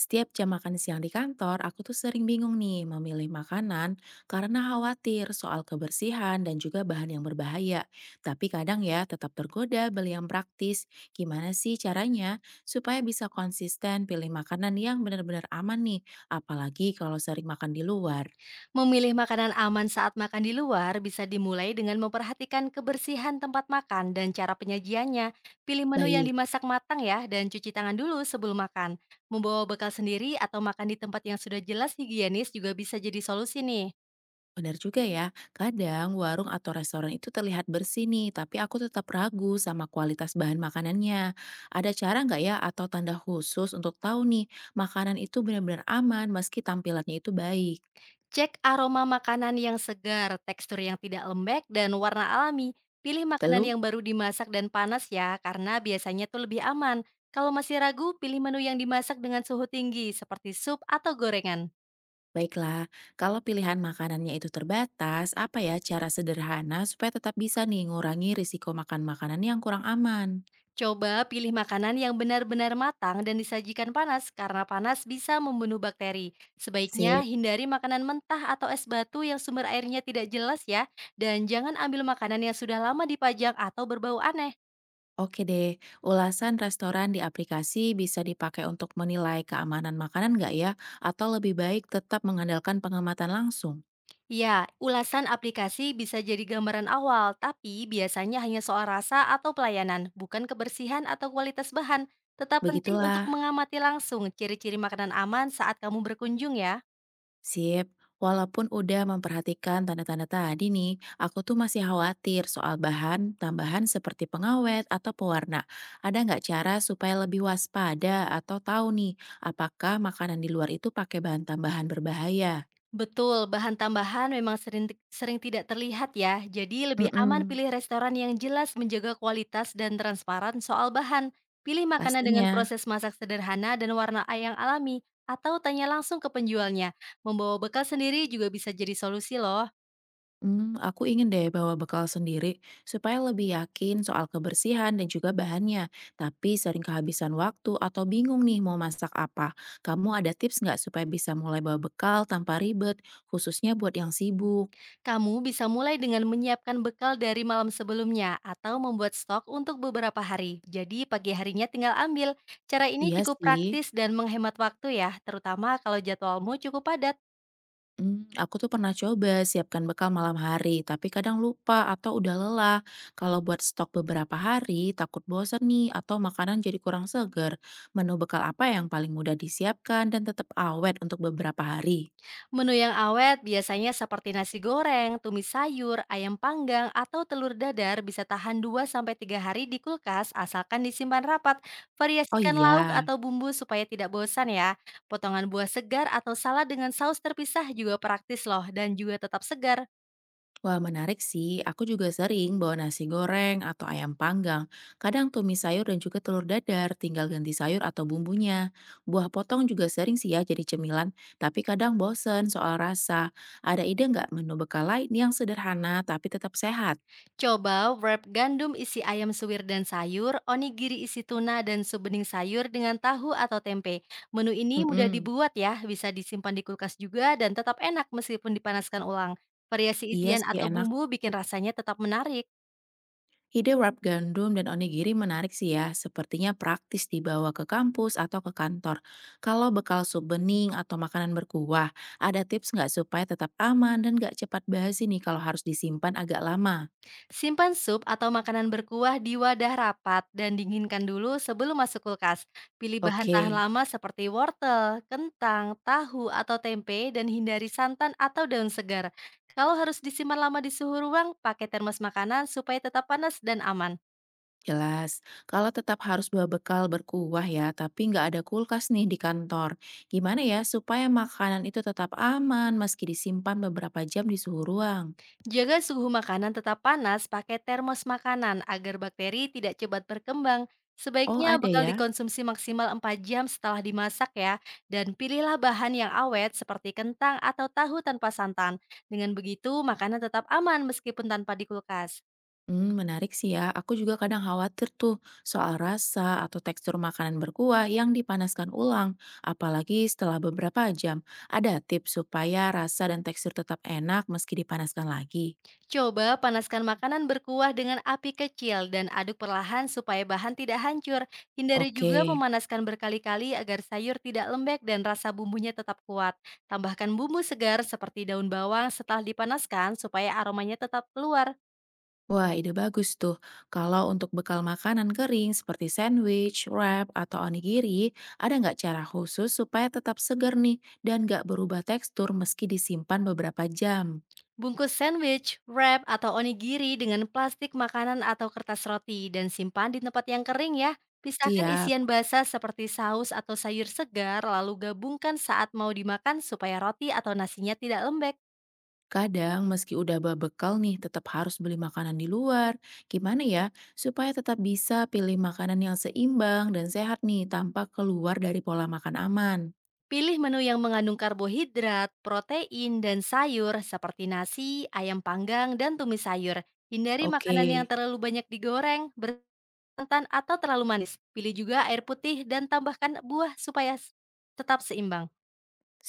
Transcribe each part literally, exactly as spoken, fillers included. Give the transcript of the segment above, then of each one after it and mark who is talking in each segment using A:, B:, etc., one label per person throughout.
A: Setiap jam makan siang di kantor, aku tuh sering bingung nih memilih makanan karena khawatir soal kebersihan dan juga bahan yang berbahaya. Tapi kadang ya tetap tergoda beli yang praktis. Gimana sih caranya supaya bisa konsisten pilih makanan yang benar-benar aman nih, apalagi kalau sering makan di luar?
B: Memilih makanan aman saat makan di luar bisa dimulai dengan memperhatikan kebersihan tempat makan dan cara penyajiannya. Pilih menu yang
A: Baik.
B: dimasak matang ya dan cuci tangan dulu sebelum makan. Membawa bekal sendiri atau makan di tempat yang sudah jelas higienis juga bisa jadi solusi nih.
A: Benar juga ya, kadang warung atau restoran itu terlihat bersih nih, tapi aku tetap ragu sama kualitas bahan makanannya. Ada cara nggak ya atau tanda khusus untuk tahu nih, makanan itu benar-benar aman meski tampilannya itu baik?
B: Cek aroma makanan yang segar, tekstur yang tidak lembek, dan warna alami. Pilih makanan
A: Lalu,
B: yang baru dimasak dan panas ya, karena biasanya tuh lebih aman. Kalau masih ragu, pilih menu yang dimasak dengan suhu tinggi, seperti sup atau gorengan.
A: baiklah, kalau pilihan makanannya itu terbatas, apa ya cara sederhana supaya tetap bisa nih ngurangi risiko makan makanan yang kurang aman?
B: Coba pilih makanan yang benar-benar matang dan disajikan panas karena panas bisa membunuh bakteri. Sebaiknya
A: Sip.
B: hindari makanan mentah atau es batu yang sumber airnya tidak jelas ya. Dan jangan ambil makanan yang sudah lama dipajang atau berbau aneh.
A: Oke deh, ulasan restoran di aplikasi bisa dipakai untuk menilai keamanan makanan nggak ya? Atau lebih baik tetap mengandalkan pengamatan langsung?
B: Ya, ulasan aplikasi bisa jadi gambaran awal, tapi biasanya hanya soal rasa atau pelayanan, bukan kebersihan atau kualitas bahan. Tetap penting untuk
A: Begitulah,
B: mengamati langsung ciri-ciri makanan aman saat kamu berkunjung ya.
A: sip. Walaupun udah memperhatikan tanda-tanda tadi nih, aku tuh masih khawatir soal bahan tambahan seperti pengawet atau pewarna. Ada nggak cara supaya lebih waspada atau tahu nih, apakah makanan di luar itu pakai bahan tambahan berbahaya?
B: Betul, bahan tambahan memang sering sering tidak terlihat ya. Jadi lebih aman
A: Mm-mm,
B: pilih restoran yang jelas menjaga kualitas dan transparan soal bahan. Pilih makanan dengan
A: pastinya.
B: proses masak sederhana dan warna yang alami atau tanya langsung ke penjualnya. Membawa bekal sendiri juga bisa jadi solusi loh.
A: Hmm, aku ingin deh bawa bekal sendiri supaya lebih yakin soal kebersihan dan juga bahannya. Tapi sering kehabisan waktu atau bingung nih mau masak apa. Kamu ada tips nggak supaya bisa mulai bawa bekal tanpa ribet, khususnya buat yang sibuk?
B: Kamu bisa mulai dengan menyiapkan bekal dari malam sebelumnya atau membuat stok untuk beberapa hari. Jadi pagi harinya tinggal ambil. Cara ini
A: Iya
B: cukup
A: sih.
B: praktis dan menghemat waktu ya, terutama kalau jadwalmu cukup padat.
A: Hmm, aku tuh pernah coba siapkan bekal malam hari, tapi kadang lupa atau udah lelah. Kalau buat stok beberapa hari, takut bosan nih atau makanan jadi kurang seger. Menu bekal apa yang paling mudah disiapkan dan tetap awet untuk beberapa hari?
B: Menu yang awet biasanya seperti nasi goreng, tumis sayur, ayam panggang, atau telur dadar bisa tahan dua sampai tiga hari di kulkas asalkan disimpan rapat.
A: Oh
B: Variasikan lauk
A: iya,
B: atau bumbu supaya tidak bosan ya. Potongan buah segar atau salad dengan saus terpisah juga praktis loh dan juga tetap segar.
A: wah menarik sih. Aku juga sering bawa nasi goreng atau ayam panggang. Kadang tumis sayur dan juga telur dadar, tinggal ganti sayur atau bumbunya. Buah potong juga sering sih ya jadi cemilan, tapi kadang bosen soal rasa. Ada ide nggak menu bekal lain yang sederhana tapi tetap sehat?
B: Coba wrap gandum isi ayam suwir dan sayur, onigiri isi tuna dan sup bening sayur dengan tahu atau tempe. Menu ini mudah
A: Mm-mm.
B: dibuat ya, bisa disimpan di kulkas juga dan tetap enak meskipun dipanaskan ulang. Variasi
A: Iya
B: isian
A: sih
B: atau
A: enak.
B: bumbu bikin rasanya tetap menarik.
A: Ide wrap gandum dan onigiri menarik sih ya, sepertinya praktis dibawa ke kampus atau ke kantor. Kalau bekal sup bening atau makanan berkuah, ada tips nggak supaya tetap aman dan nggak cepat basi nih kalau harus disimpan agak lama?
B: Simpan sup atau makanan berkuah di wadah rapat dan dinginkan dulu sebelum masuk kulkas. Pilih bahan tahan
A: Oke,
B: lama seperti wortel, kentang, tahu, atau tempe dan hindari santan atau daun segar. Kalau harus disimpan lama di suhu ruang, pakai termos makanan supaya tetap panas dan aman.
A: jelas. Kalau tetap harus bawa bekal berkuah ya, tapi nggak ada kulkas nih di kantor. Gimana ya supaya makanan itu tetap aman meski disimpan beberapa jam di suhu ruang?
B: Jaga suhu makanan tetap panas pakai termos makanan agar bakteri tidak cepat berkembang.
A: Oh
B: Sebaiknya
A: ada
B: bekal
A: ya?
B: dikonsumsi maksimal empat jam setelah dimasak ya. Dan pilihlah bahan yang awet seperti kentang atau tahu tanpa santan. Dengan begitu, makanan tetap aman meskipun tanpa di kulkas.
A: Hmm, menarik sih ya. Aku juga kadang khawatir tuh soal rasa atau tekstur makanan berkuah yang dipanaskan ulang, apalagi setelah beberapa jam. Ada tips supaya rasa dan tekstur tetap enak meski dipanaskan lagi.
B: Coba panaskan makanan berkuah dengan api kecil dan aduk perlahan supaya bahan tidak hancur. Hindari juga
A: Oke.
B: memanaskan berkali-kali agar sayur tidak lembek dan rasa bumbunya tetap kuat. Tambahkan bumbu segar seperti daun bawang setelah dipanaskan supaya aromanya tetap keluar.
A: Wah, ide bagus tuh. Kalau untuk bekal makanan kering seperti sandwich, wrap, atau onigiri, ada nggak cara khusus supaya tetap segar nih dan nggak berubah tekstur meski disimpan beberapa jam?
B: Bungkus sandwich, wrap, atau onigiri dengan plastik makanan atau kertas roti dan simpan di tempat yang kering ya. Pisahkan
A: Siap.
B: isian basah seperti saus atau sayur segar lalu gabungkan saat mau dimakan supaya roti atau nasinya tidak lembek.
A: Kadang meski udah berbekal nih tetap harus beli makanan di luar. Gimana ya supaya tetap bisa pilih makanan yang seimbang dan sehat nih tanpa keluar dari pola makan aman?
B: Pilih menu yang mengandung karbohidrat, protein, dan sayur seperti nasi, ayam panggang, dan tumis sayur. Hindari
A: Oke,
B: makanan yang terlalu banyak digoreng, bersantan, atau terlalu manis. Pilih juga air putih dan tambahkan buah supaya s- tetap seimbang.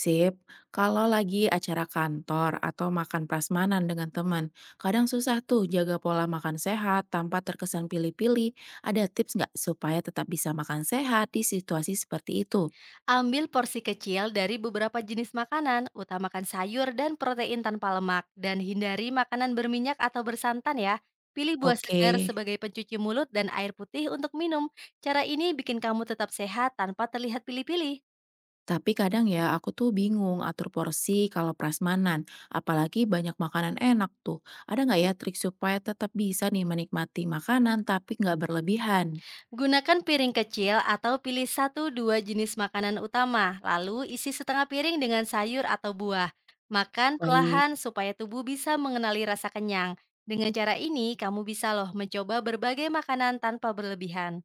A: sip. Kalau lagi acara kantor atau makan prasmanan dengan teman, kadang susah tuh jaga pola makan sehat tanpa terkesan pilih-pilih. Ada tips nggak supaya tetap bisa makan sehat di situasi seperti itu?
B: Ambil porsi kecil dari beberapa jenis makanan, utamakan sayur dan protein tanpa lemak, dan hindari makanan berminyak atau bersantan ya. Pilih buah
A: Oke.
B: segar sebagai pencuci mulut dan air putih untuk minum. Cara ini bikin kamu tetap sehat tanpa terlihat pilih-pilih.
A: Tapi kadang ya aku tuh bingung atur porsi kalau prasmanan, apalagi banyak makanan enak tuh. Ada nggak ya trik supaya tetap bisa nih menikmati makanan tapi nggak berlebihan?
B: Gunakan piring kecil atau pilih satu dua jenis makanan utama, lalu isi setengah piring dengan sayur atau buah. Makan
A: Baik,
B: perlahan supaya tubuh bisa mengenali rasa kenyang. Dengan cara ini, kamu bisa loh mencoba berbagai makanan tanpa berlebihan.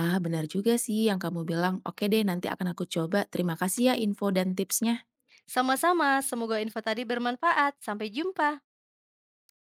A: ah benar juga sih yang kamu bilang. Oke deh nanti akan aku coba. Terima kasih ya info dan tipsnya.
B: Sama-sama, semoga info tadi bermanfaat. Sampai jumpa.